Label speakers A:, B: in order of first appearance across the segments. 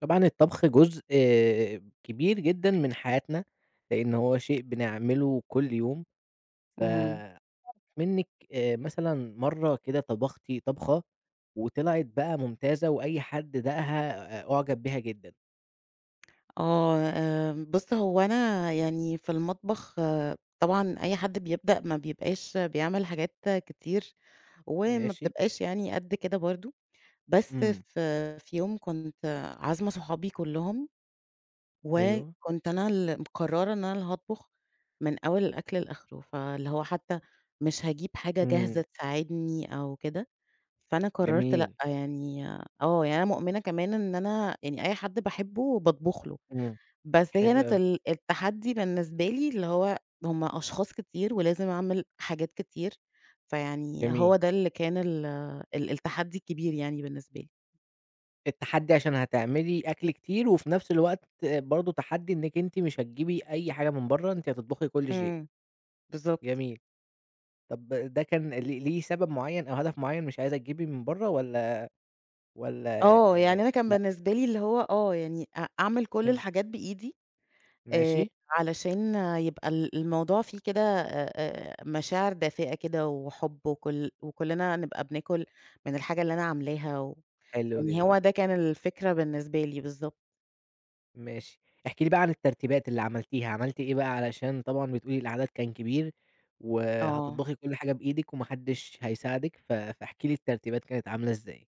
A: طبعًا الطبخ جزء كبير جدًا من حياتنا، لإن هو شيء بنعمله كل يوم،
B: إمم.
A: فمنِّك مثلًا مرّة كده طبختِ طبخة وطلعت بقى ممتازة وأي حد داقها أُعجب بيها جدًا،
B: آه، بُص هو أنا يعني في المطبخ، طبعًا أي حد بيبدأ ما بيبقاش بيعمل حاجات كتير، وما
A: ماشي،
B: بتبقاش يعني قد كده برضه. بس
A: إمم،
B: في يوم كنت عازمة صحابي كلّهم،
A: أيوه،
B: وكنت أنا اللي مقررة إن أنا اللي هاطبخ من أول الأكل لآخره، فاللي هو حتى مش هاجيب حاجة
A: إمم،
B: جاهزة تساعدني أو كده. فأنا قررت لأ
A: جميل،
B: يعني، يعني أنا مؤمنة كمان إن أنا يعني أي حد باحبه باطبخ له.
A: إمم،
B: بس
A: حلو
B: كانت
A: أوي،
B: التحدي بالنسبة لي اللي هو هم أشخاص كتير ولازم أعمل حاجات كتير، فيعني
A: جميل.
B: هو ده اللي كان ال ال التحدي الكبير يعني بالنسبة لي.
A: التحدي عشان هتعملي أكل كتير وفي نفس الوقت برضه تحدي إنِّك أنتِ مش هتجيبي أي حاجة من برّه، أنتِ هتطبخي كل شيء،
B: إمم، بالضبط.
A: جميل. طب ده كان ليه سبب معيّن أو هدف معيّن مش عايزة تجيبي من برّه والّا والّا آآ
B: يعني أنا كان
A: لأ؟
B: بالنسبة لي اللي هو، يعني أعمل كل
A: إمم،
B: الحاجات بإيدي،
A: ماشي،
B: آآ، علشان يبقى الموضوع فيه كده، مشاعر دافئة كده وحُب، وكلنا نبقى بناكل من الحاجة اللي أنا عاملاها، و
A: حلو
B: يعني
A: جدًا،
B: هو ده كان الفكرة بالنسبة لي، بالضبط،
A: ماشي. احكي لي بقى عن الترتيبات اللي عملتيها، عملتِ إيه بقى علشان طبعًا بتقولي العدد كان كبير،
B: آه.
A: وهتطبخي كل حاجة بإيدِك وما حدش هيساعدِك، فاحكي لي الترتيبات كانت عاملة إزاي؟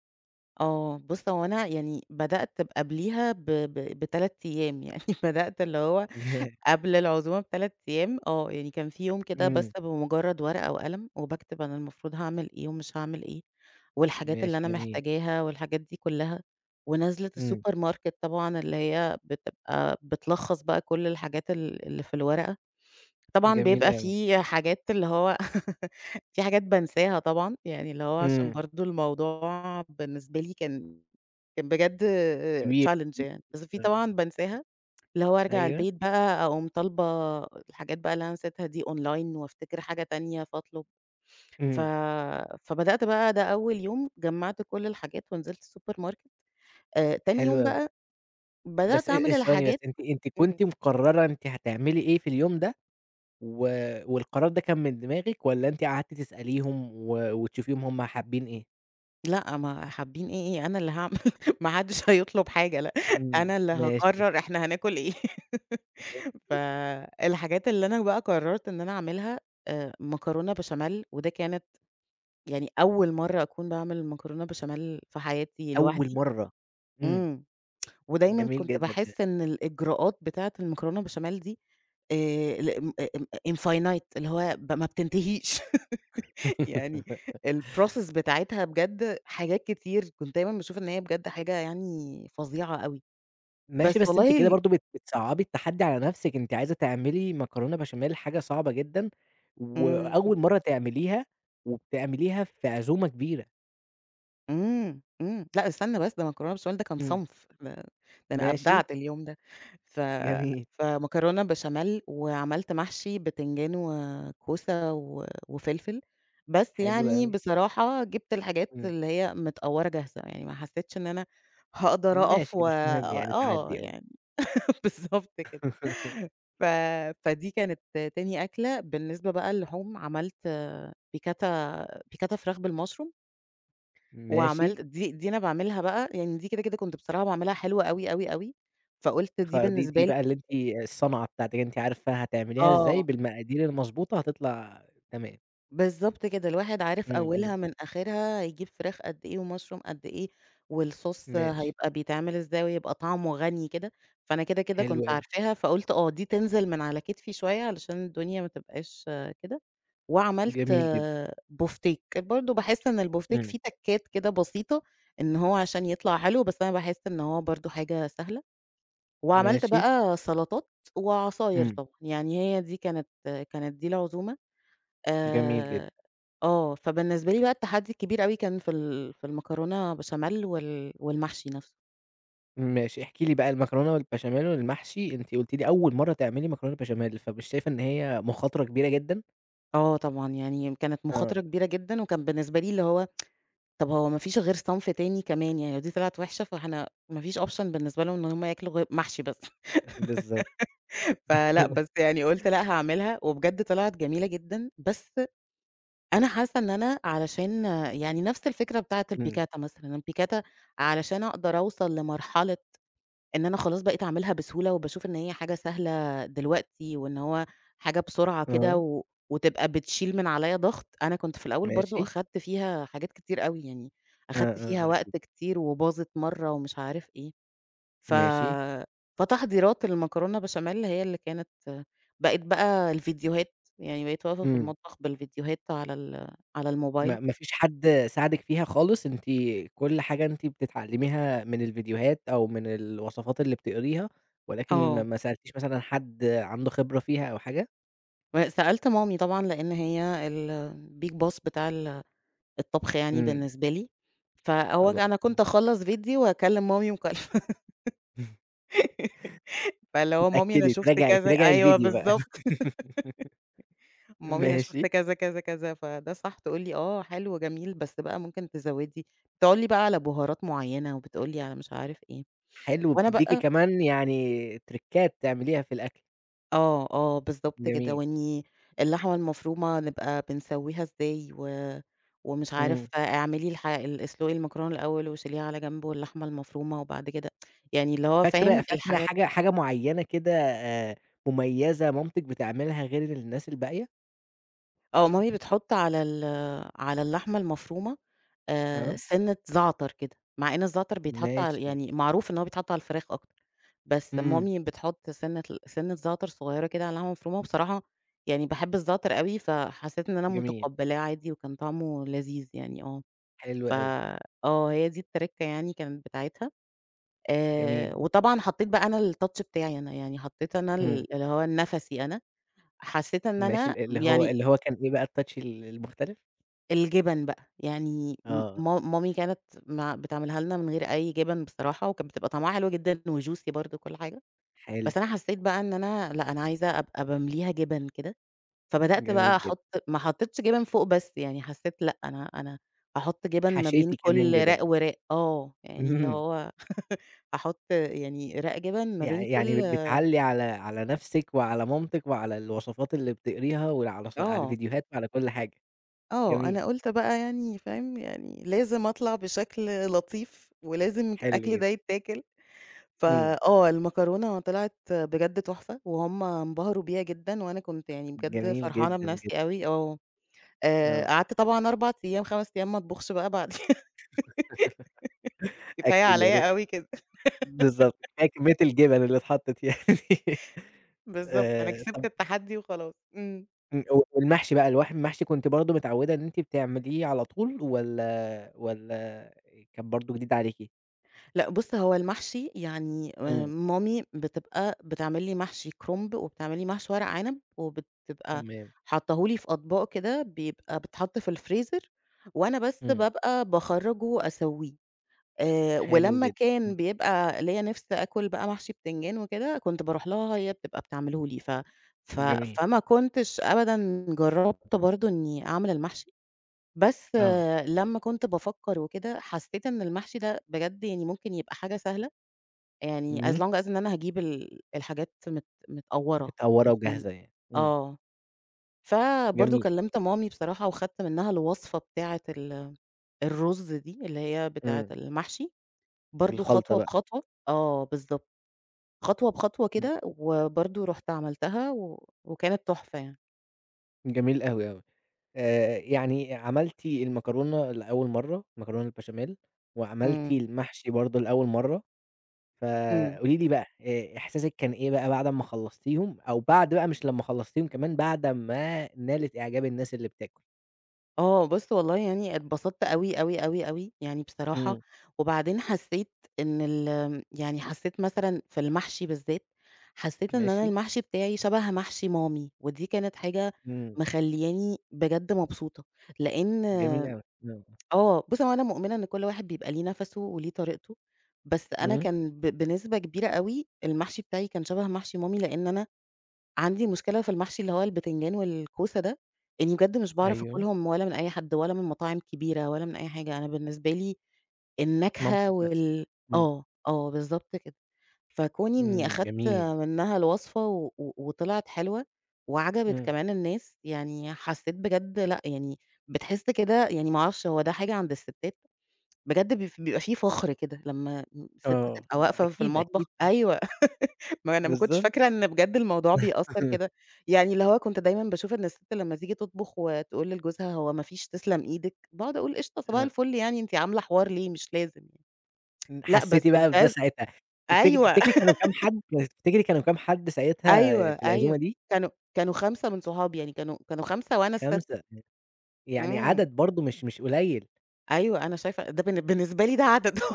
B: آه، بُص هو أنا يعني بدأت، ب قبليها ب ب ب3 أيام يعني، بدأت اللي هو
A: ياه!
B: قبل العزومة ب3 أيام، يعني كان في يوم كده بس
A: إمم،
B: بمجرد ورقة وقلم وباكتب أنا المفروض هاعمل إيه ومش هاعمل إيه، والحاجات اللي
A: ماشي
B: أنا
A: جميل،
B: محتاجاها والحاجات دي كلها، ونازلة
A: إمم،
B: السوبر ماركت طبعًا اللي هي بتبقى بتلخّص بقى كل الحاجات اللي في الورقة. طبعًا
A: جميل
B: بيبقى
A: أوي،
B: في حاجات اللي هو، في حاجات بانساها طبعًا، يعني اللي هو عشان
A: إمم،
B: برضه الموضوع بالنسبة لي كان بجد
A: كبير
B: challenge يعني، بس في
A: آه،
B: طبعًا بانساها، اللي هو أرجع
A: أيوه،
B: البيت بقى أقوم طالبة الحاجات بقى اللي أنا نسيتها دي online وافتكر حاجة تانية فاطلب. ف
A: إمم،
B: فبدأت بقى، ده أول يوم جمّعت كل الحاجات ونزلت السوبر ماركت، تاني
A: حلو
B: يوم
A: أوي.
B: بقى
A: بس
B: بدأت
A: أ أ
B: أعمل
A: ثواني بس،
B: الحاجات.
A: أنتِ
B: إمم،
A: كنتِ مقررة أنتِ هتعملي إيه في اليوم ده، و والقرار ده كان من دماغِك والّا أنتِ قعدتِ تسأليهم وتشوفيهم هُم حابين إيه؟
B: لأ ما حابين إيه، إيه، أنا اللي هاعمل، ما حدش هيطلب حاجة لأ،
A: إمم،
B: أنا اللي
A: ماشي،
B: هاقرر إحنا هناكل إيه. فالحاجات اللي أنا بقى قررت إن أنا أعملها، مكرونة بشاميل، وده كانت يعني أول مرّة أكون باعمل مكرونة بشاميل في حياتي
A: أول
B: لوحدي.
A: مرّة، إمم،
B: إمم. ودايمًا
A: جميل
B: كنت
A: جدًا ده،
B: باحس إن الإجراءات بتاعة المكرونة بشاميل دي، ل م م infinite، اللي هو ما بتنتهيش. يعني الprocess بتاعتها بجد حاجات كتير، كنت دايمًا باشوف إن هي بجد حاجة يعني فظيعة أوي.
A: ماشي
B: بس
A: بس أنتِ
B: والله
A: كده برضه بتصعّبي التحدي على نفسِك، أنتِ عايزة تعملي مكرونة بشاميل حاجة صعبة جدًا،
B: إمم.
A: وأول مرّة تعمليها، وبتعمليها في عزومة كبيرة،
B: إمم، إمم، لأ استنى بس، ده مكرونة بشاميل ده كان
A: إمم،
B: صنف، ده أنا
A: ماشي،
B: أبدعت اليوم ده. ف
A: جميل،
B: فمكرونة بشاميل، وعملت محشي بتنجان وكوسة وفلفل، بس
A: حلو
B: يعني
A: أوي،
B: بصراحة جِبت الحاجات
A: إمم.
B: اللي هي متقورة جاهزة، يعني ما حسيتش إن أنا هاقدر أقف
A: ماشي،
B: و،
A: مش مهم يعني تعدّي آه.
B: يعني. بالضبط كده. ف فدي كانت تاني أكلة، بالنسبة بقى للحوم عملت بيكاتا فراخ بالMushroom،
A: ماشي،
B: وعملت دي أنا باعملها بقى يعني، دي كده، كده كنت بصراحة باعملها حلو أوي، أوي، أوي. فقُلت دي
A: خ دي دي
B: بالنسبة لي،
A: بقى اللي أنتِ الصنعة بتاعتِك، أنتِ عارفة هتعمليها إزاي
B: آه،
A: بالمقادير المضبوطة هتطلع تمام.
B: بالضبط كده، الواحد عارف
A: إمم، إمم،
B: أولها من آخرها، هيجيب فراخ قد إيه ومشروم قد إيه، والصوص
A: ماشي،
B: هيبقى بيتعمل إزاي ويبقى طعمه غني كده. فأنا كده، كده
A: حلو
B: كنت
A: أوي،
B: عارفاها، فقُلت آه، دي تنزل من على كتفي شوية علشان الدنيا ما تبقاش، كده. وعملت،
A: جميل جدًا،
B: بوفتيك، برضه باحس إن البوفتيك
A: إمم،
B: فيه تَكّات كده بسيطة، إن هو عشان يطلع حلو، بس أنا باحس إن هو برضه حاجة سهلة. وعملت
A: ماشي،
B: بقى سلطات وعصاير
A: إمم،
B: طبعًا، يعني هي دي كانت، كانت دي العزومة،
A: جميل
B: آآ،
A: جدًا،
B: فبالنسبة لي بقى التحدي الكبير أوي كان في في المكرونة بشاميل والمحشي نفسه.
A: ماشي، احكي لي بقى المكرونة والبشاميل والمحشي، أنتِ قُلتِ لي أول مرّة تعملي مكرونة بشاميل، فمش شايفة إن هي مخاطرة كبيرة جدًا؟
B: آه طبعًا، يعني كانت
A: آه،
B: مخاطرة كبيرة جدًا، وكان بالنسبة لي اللي هو، طب هو ما فيش غير صنف تاني كمان، يعني لو دي طلعت وحشة فإحنا ما فيش option بالنسبة لهم إن هم ياكلوا غير محشي بس.
A: بالضبط،
B: فلأ، بس يعني قُلت لأ هاعملها، وبجد طلعت جميلة جدًا، بس أنا حاسة إن أنا علشان يعني نفس الفكرة بتاعة
A: إمم،
B: البيكاتا مثلًا، البيكاتا علشان أقدر أوصل لمرحلة إن أنا خلاص بقيت أعملها بسهولة، وباشوف إن هي حاجة سهلة دلوقتي، وإن هو حاجة بسرعة كده،
A: آه،
B: و وتبقى بتشيل من عليَّ ضغط، أنا كنت في الأول برضه
A: ماشي،
B: أخدت فيها حاجات كتير أوي، يعني
A: آه،
B: أخدت فيها
A: آه، آه، أكيد،
B: وقت كتير وباظت مرّة ومش عارف إيه. ف
A: ماشي،
B: فتحضيرات المكرونة بشاميل هي اللي كانت بقِت بقى الفيديوهات، يعني بقيت واقفة في
A: إمم.
B: المطبخ بالفيديوهات على على
A: ما
B: الموبايل.
A: ما فيش حد ساعدِك فيها خالص، أنتِ كل حاجة أنتِ بتتعلميها من الفيديوهات أو من الوصفات اللي بتقريها، ولكن ما
B: آه.
A: ما سألتيش مثلًا حد عنده خبرة فيها أو حاجة؟
B: و سألت مامي طبعًا لإن هي الbig boss بتاع الطبخ يعني
A: إمم،
B: بالنسبة لي، فهو
A: طبعًا،
B: أنا كنت أخلّص فيديو وأكلم مامي مكالمة.
A: إمم.
B: فاللي هو، مامي أنا
A: تتأكدي،
B: شُفت
A: تراجعي
B: كذا،
A: تراجعي
B: أيوه
A: الفيديو بقى.
B: بالضبط. مامي أنا شُفت
A: ماشي،
B: كذا، كذا، كذا، فده صح، تقول لي: "آه حلو جميل بس بقى ممكن تزوّدي." بتقول لي بقى على بهارات معيّنة وبتقول لي على مش عارف إيه.
A: حلو،
B: وأنا
A: بتدّيكِ
B: بقى،
A: كمان يعني تريكات تعمليها في الأكل،
B: آه، آه، بالضبط كده،
A: جميل،
B: وإني اللحمة المفرومة نبقى بنسوّيها إزاي، و ومش
A: إمم.
B: عارف، اعملي الح ال اسلقي المكرونة الأول وشيليها على جنب واللحمة المفرومة وبعد كده، يعني اللي هو
A: فاكرة
B: فاهم
A: فاكرة
B: الحاجات.
A: حاجة معيّنة كده مميزة مامتِك بتعملها غير الناس الباقية؟
B: آه، مامي بتحُط على على اللحمة المفرومة،
A: آه،
B: سِنّة زعتر كده، مع إن الزعتر بيتحط،
A: ماشي،
B: يعني معروف إن هو بيتحط على الفراخ أكتر. بس
A: إمم.
B: مامي بتحط سِنّة سِنّة زعتر صغيرة كده على اللحمة المفرومة، وبصراحة يعني باحب الزعتر أوي، فحسيت إن أنا
A: جميل،
B: متقبّلاه عادي وكان طعمه لذيذ يعني، آه،
A: حلو
B: ف
A: أوي،
B: آه، هي دي الترِكّة يعني كانت بتاعتها.
A: جميل،
B: وطبعًا حطّيت بقى أنا الtouch بتاعي أنا، يعني حطّيت أنا
A: إمم،
B: اللي هو نَفَسي أنا، حسّيت إن
A: ماشي
B: أنا
A: ال اللي هو
B: يعني
A: اللي هو كان إيه بقى الtouch المختلف؟
B: الجِبَن بقى، يعني م
A: آه،
B: ما مامي كانت مع بتعملها لنا من غير أي جِبَن بصراحة، وكانت بتبقى طعمها حلو جدًا وjuicy برضه وكل حاجة.
A: حلو،
B: بس أنا حسّيت بقى إن أنا لأ، أنا عايزة أبقى بامليها جِبَن كده، فبدأت بقى
A: جميل
B: أحُط،
A: جدًا،
B: ما حطّيتش جِبَن فوق بس، يعني حسّيت لأ، أنا هاحُط جِبَن ما
A: حشيتِ
B: بين
A: كمان
B: كل
A: جبن،
B: راق وراق، آه، يعني اللي
A: اهم،
B: هو هاحُط يعني راق جِبَن ما
A: يع
B: بين
A: يعني
B: كل،
A: بتعلّي على نفسِك وعلى مامتِك وعلى الوصفات اللي بتقريها وعلى على
B: آه،
A: الفيديوهات وعلى كل حاجة،
B: آه،
A: جميل،
B: أنا قُلت بقى يعني فاهم، يعني لازم أطلع بشكل لطيف ولازم
A: حلو
B: الأكل ده
A: جدًا،
B: يتاكل.
A: إمم،
B: فآه، المكرونة طلعت بجد تحفة وهُم انبهروا بيها جدًا وأنا كنت يعني بجد
A: جميل
B: فرحانة
A: جدًا،
B: بنَفْسي
A: جدًا،
B: أوي، آه.
A: آه،
B: قعدت طبعًا 4 أيام، 5 أيام ما اطبخش بقى بعديها. كفاية
A: أكيد يعني
B: عليَّ أوي كده،
A: بالضبط، كفاية كمية الجبن اللي اتحطّت يعني
B: بالضبط، أنا كسبت
A: طَب
B: التحدي وخلاص، إمم.
A: إمم، والمحشي بقى المحشي كنتِ برضه متعوّدة إن أنتِ بتعمليه على طول والّا كان برضه جديد عليكِ؟
B: لأ بُص، هو المحشي يعني،
A: إمم،
B: مامي بتبقى بتعمل لي محشي كرنب، وبتعمل لي محشي ورق عنب، وبتبقى
A: تمام،
B: حاطاه لي في أطباق كده، بيبقى بيتحط في الفريزر، وأنا بس
A: إمم،
B: بابقى باخرّجه أسويه.
A: حلو
B: ولمّا
A: جدًا، إمم،
B: كان بيبقى ليّا نِفْس آكُل بقى محشي بتنجان وكده، كنت باروح لها هي بتبقى بتعمله لي. ف ف
A: جميل،
B: فما كنتش أبدًا جرّبت برضه إنّي أعمل المحشي، بس
A: آه،
B: لمّا كنت بافكّر وكده، حسّيت إن المحشي ده بجد يعني ممكن يبقى حاجة سهلة، يعني as
A: إمم،
B: long as إن أنا هاجيب الحاجات متقوّرة
A: متقوّرة
B: يعني عشان.
A: وجاهزة يعني، إمم،
B: آه. فبرضه
A: جميل،
B: كلّمت مامي بصراحة وخدت منّها الوصفة بتاعة الرُز دي اللي هي بتاعة
A: إمم،
B: المحشي. برضه
A: الخلطة
B: خطوة
A: بقى،
B: بخطوة، آه بالضبط، خطوة بخطوة
A: إمم،
B: كده، وبرضه رُحت عملتها، و وكانت تحفة يعني.
A: جميل أوي، أوي، يعني عملتِ المكرونة لأول مرّة، المكرونة البشاميل، وعملتِ
B: إمم،
A: المحشي برضه لأول مرّة.
B: إمم.
A: فقولي لي بقى إحساسِك كان إيه بقى بعد أمّا خلّصتيهم، أو بعد بقى مش لمّا خلّصتيهم كمان بعد ما نالت إعجاب الناس اللي بتاكل؟
B: آه، بُص والله يعني اتبسطت أوي، أوي، أوي، أوي يعني بصراحة.
A: إمم.
B: وبعدين حسّيت إن ال آمم، يعني حسّيت مثلًا في المحشي بالذات، حسّيت إن أنا
A: ماشي،
B: المحشي بتاعي شَبه محشي مامي، ودي كانت حاجة
A: إمم،
B: مخلّياني بجد مبسوطة، لإن،
A: جميل أوي، آه،
B: آه، بُص هو أنا مؤمنة إن كل واحد بيبقى ليه نَفَسه وليه طريقته، بس أنا
A: إمم.
B: كان بنسبة كبيرة أوي المحشي بتاعي كان شبه محشي مامي، لإن أنا عندي مشكلة في المحشي اللي هو البتنجان والكوسة ده، إني بجد مش باعرف
A: أيوه،
B: آكلهم ولا من أي حد ولا من مطاعم كبيرة ولا من أي حاجة، أنا بالنسبة لي
A: مامتِك
B: النكهة،
A: بس. إمم.
B: آه، آه، بالضبط كده. فكوني إني
A: إمم،
B: أخدت
A: جميل،
B: منها الوصفة، و و وطلعت حلوة وعجبت
A: إمم.
B: كمان الناس، يعني حسيت بجد لأ، يعني بتحس كده، يعني ما أعرفش هو ده حاجة عند الستات، بجد بيبقى في فخر كده لمّا ست
A: آه.
B: تبقى
A: طب
B: واقفة في
A: أكيد، أكيد
B: المطبخ،
A: آه،
B: أيوه. ما أنا ما كنتش
A: بالضبط.
B: فاكرة إن بجد الموضوع بيأثّر كده، يعني اللي هو كنت دايمًا باشوف إن الست لمّا تيجي تطبخ وتقول لجوزها هو ما فيش تسلم إيدِك، باقعد أقول قشطة صباح
A: آه،
B: الفل يعني أنتِ عاملة حوار ليه؟ مش لازم يعني،
A: إمم،
B: لأ
A: حسّيتِ
B: بس
A: بقى بده
B: بجد،
A: ساعتها، تفتكري
B: أيوه.
A: تفتكري كانوا كام حد تفتكري كانوا كام حد
B: أيوه،
A: ساعتها في العزومة
B: أيوه.
A: دي؟
B: كانوا 5 من صحابي، يعني كانوا 5 وأنا السادسة.
A: 5 يعني
B: إمم.
A: عدد برضه مش قليل.
B: أيوه، أنا شايفة ده، بالنسبة لي ده عدد،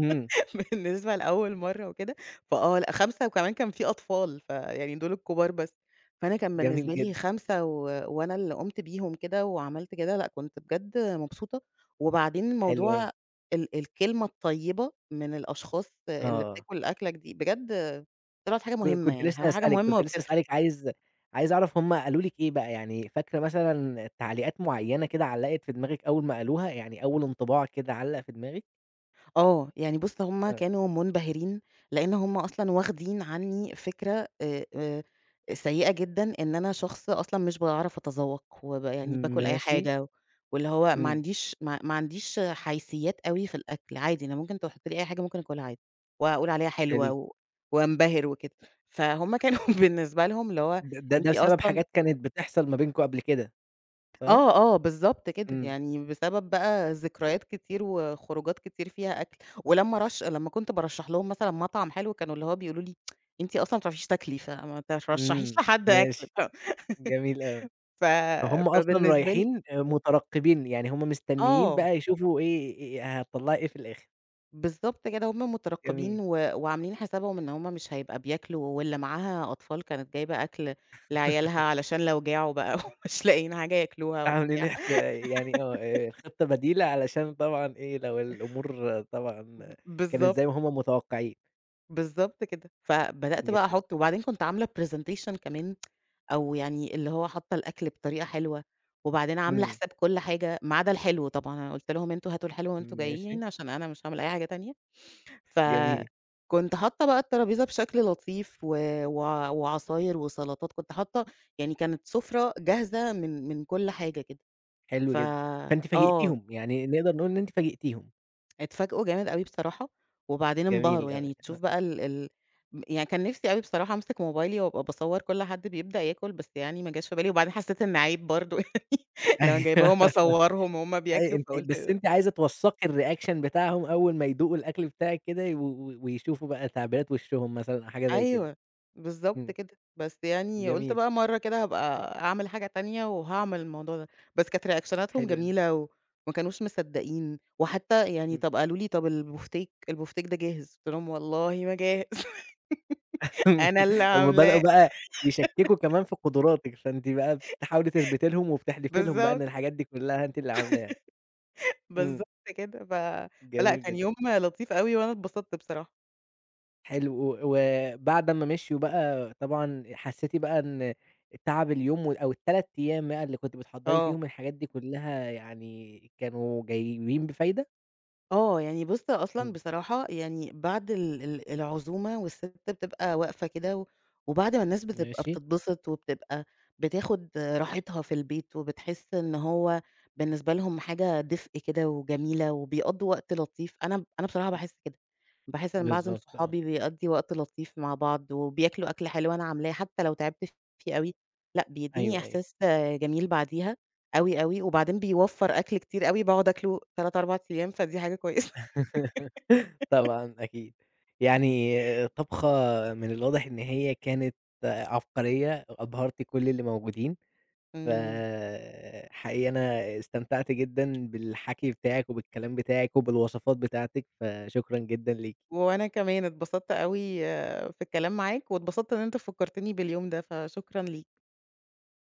A: إمم.
B: بالنسبة لأول مرّة وكده، فآه لأ 5، وكمان كان في أطفال، فيعني دول الكبار بس. فأنا كان
A: جميل
B: بالنسبة
A: جدًا،
B: لي 5، وأنا اللي قُمت بيهم كده وعملت كده، لأ كنت بجد مبسوطة. وبعدين
A: حلو أوي.
B: موضوع الكلمة الطيبة من الأشخاص اللي
A: آه،
B: بتاكل أكلك دي، بجد طلعت حاجة
A: ك
B: مهمة،
A: كنت
B: يعني
A: لسه
B: حاجة
A: هاسألِك،
B: مهمة
A: كنت لسه
B: وبتفرق.
A: هاسألِك عايز أعرف هُم قالوا لِك إيه بقى، يعني فاكرة مثلًا تعليقات معيّنة كده علّقت في دماغِك أول ما قالوها، يعني أول انطباع كده علّق في دماغِك؟
B: آه، يعني بُص هُم
A: آه،
B: كانوا منبهرين، لإن هُم أصلًا واخدين عني فكرة سيئة جدًا، إن أنا شخص أصلًا مش باعرف أتذوق، يعني باكل أي
A: ماشي،
B: حاجة، واللي هو ما
A: إمم،
B: عنديش ما ما عنديش حيثيات أوي في الأكل، عادي أنا ممكن تحط لي أي حاجة ممكن أكلها عادي، وأقول عليها حلوة،
A: حلو.
B: وانبهر وكده، فهُم كانوا، بالنسبة لهم اللي هو،
A: ده
B: أنتِ
A: بسبب
B: أصلًا،
A: حاجات كانت بتحصل ما بينكم قبل كده، صح؟
B: آه، آه، بالضبط كده،
A: إمم،
B: يعني بسبب بقى ذكريات كتير وخروجات كتير فيها أكل، ولمّا لمّا كنت بارشّح لهم مثلًا مطعم حلو كانوا اللي هو بيقولوا لي: "أنتِ أصلًا ما بتعرفيش تاكلي، فما ترشّحيش
A: إمم،
B: لحد أكل."
A: ماشي،
B: ف
A: جميل أوي.
B: ف
A: فهُم أصلًا
B: فبالنسبة لي،
A: رايحين مترقبين، يعني هُم مستنيين
B: آه،
A: بقى يشوفوا إيه هتطلّعي إيه في الآخر،
B: بالضبط كده، هُم
A: جميل.
B: مترقّبين، وعاملين حسابهم إن هُم مش هيبقى بياكلوا، واللي معاها أطفال كانت جايبة أكل لعيالها علشان لو جاعوا بقى، ومش لاقيين حاجة ياكلوها
A: عاملين
B: وبتاع،
A: يعني آه، الخطة بديلة علشان طبعًا إيه، لو الأمور طبعًا كانت
B: بالضبط.
A: زي ما هم متوقعين،
B: بالضبط كده، فبدأت بقى
A: جميل،
B: أحُط، وبعدين كنت عاملة presentation كمان، أو يعني اللي هو حاطة الأكل بطريقة حلوة، وبعدين عاملة
A: إمم،
B: حساب كل حاجة ما عدا الحلو طبعًا، أنا قُلت لهم أنتم هاتوا الحلو وأنتم
A: ماشي،
B: جايين عشان أنا مش هاعمل أي حاجة تانية،
A: جميل،
B: فكنت حاطة بقى الترابيزة بشكل لطيف، و وع وعصاير وسلطات، كنت حاطة يعني كانت سُفرة جاهزة من كل حاجة كده،
A: حلو
B: ف
A: جدًا، فأنتِ
B: آه.
A: فاجئتيهم، يعني نقدر نقول إن أنتِ فاجئتيهم،
B: اتفاجئوا جامد أوي بصراحة، وبعدين
A: جميل
B: انبهروا،
A: أوي،
B: يعني تشوف بقى ال ال م يعني كان نِفْسي أوي بصراحة أمسك موبايلي وأبقى باصور كل حد بيبدأ ياكل، بس يعني ما جاش في بالي، وبعدين حسيت إن عيب برضه. يعني اللي أنا
A: أيوه،
B: جايباهم أصورهم وهُم
A: أي
B: بياكلوا،
A: أنتِ
B: فقُلت
A: بس أنتِ عايزة توثّقي الreaction بتاعهم أول ما يدوقوا الأكل بتاعِك كده و و ويشوفوا بقى تعبيرات وشّهم مثلًا أو حاجة زي كده،
B: أيوه، بالضبط
A: إمم،
B: كده، بس يعني قُلت
A: جميل،
B: بقى مرّة كده هابقى أعمل حاجة تانية وهاعمل الموضوع ده، بس كانت ريأكشناتهم
A: حلو أوي،
B: جميلة وما كانوش مصدقين، وحتى يعني
A: إمم.
B: طَب قالوا لي: "طَب البوفتيك، البوفتيك ده جاهز؟" قُلت لهم: "والله ما جاهز، أنا اللي
A: هُم بدأوا
B: عاملاه."
A: بقى يشكّكوا كمان في قدراتِك، فأنتِ بقى بتحاولي تثبتي لهم وبتحلفي لهم بقى إن
B: بالضبط.
A: الحاجات دي كلّها أنتِ اللي عاملاها. إمم،
B: بالضبط كده. فلأ
A: جميل
B: كان
A: جدًا.
B: يوم لطيف أوي وأنا اتبسطت بصراحة.
A: حلو، وبعد أمّا مشيوا بقى طبعًا حسّيتِ بقى إن تعب اليوم أو ال3 أيام بقى اللي كنتِ بتحضّري
B: آه،
A: فيهم الحاجات دي كلّها يعني كانوا جايبين بفايدة؟
B: آه، يعني بُص أصلًا
A: إمم،
B: بصراحة يعني بعد ال ال العزومة والست بتبقى واقفة كده، وبعد ما الناس بتبقى
A: ماشي،
B: بتتبسط وبتبقى بتاخد راحتها في البيت، وبتحس إن هو بالنسبة لهم حاجة دفء كده وجميلة وبيقضّوا وقت لطيف، أنا بصراحة باحس كده، باحس أنا باعزم
A: بالضبط آه.
B: صحابي بيقضّي وقت لطيف مع بعض، وبياكلوا أكلة حلوة أنا عاملاه حتى لو تعبت فيه أوي، لأ بيدّيني
A: أيوه، أيوه.
B: إحساس جميل بعديها. أوي، أوي، وبعدين بيوفّر أكل كتير أوي باقعد آكله 3، 4 أيام، فدي حاجة كويسة.
A: طبعًا أكيد. يعني طبخة من الواضح إن هي كانت عبقرية، أبهرتِ كل اللي موجودين،
B: إمم،
A: فحقيقي أنا استمتعت جدًا بالحكي بتاعِك وبالكلام بتاعِك وبالوصفات بتاعتِك، فشكرًا جدًا ليكِ.
B: وأنا كمان اتبسطت أوي في الكلام معاك، واتبسطت إن أنت فكّرتني باليوم ده، فشكرًا ليك.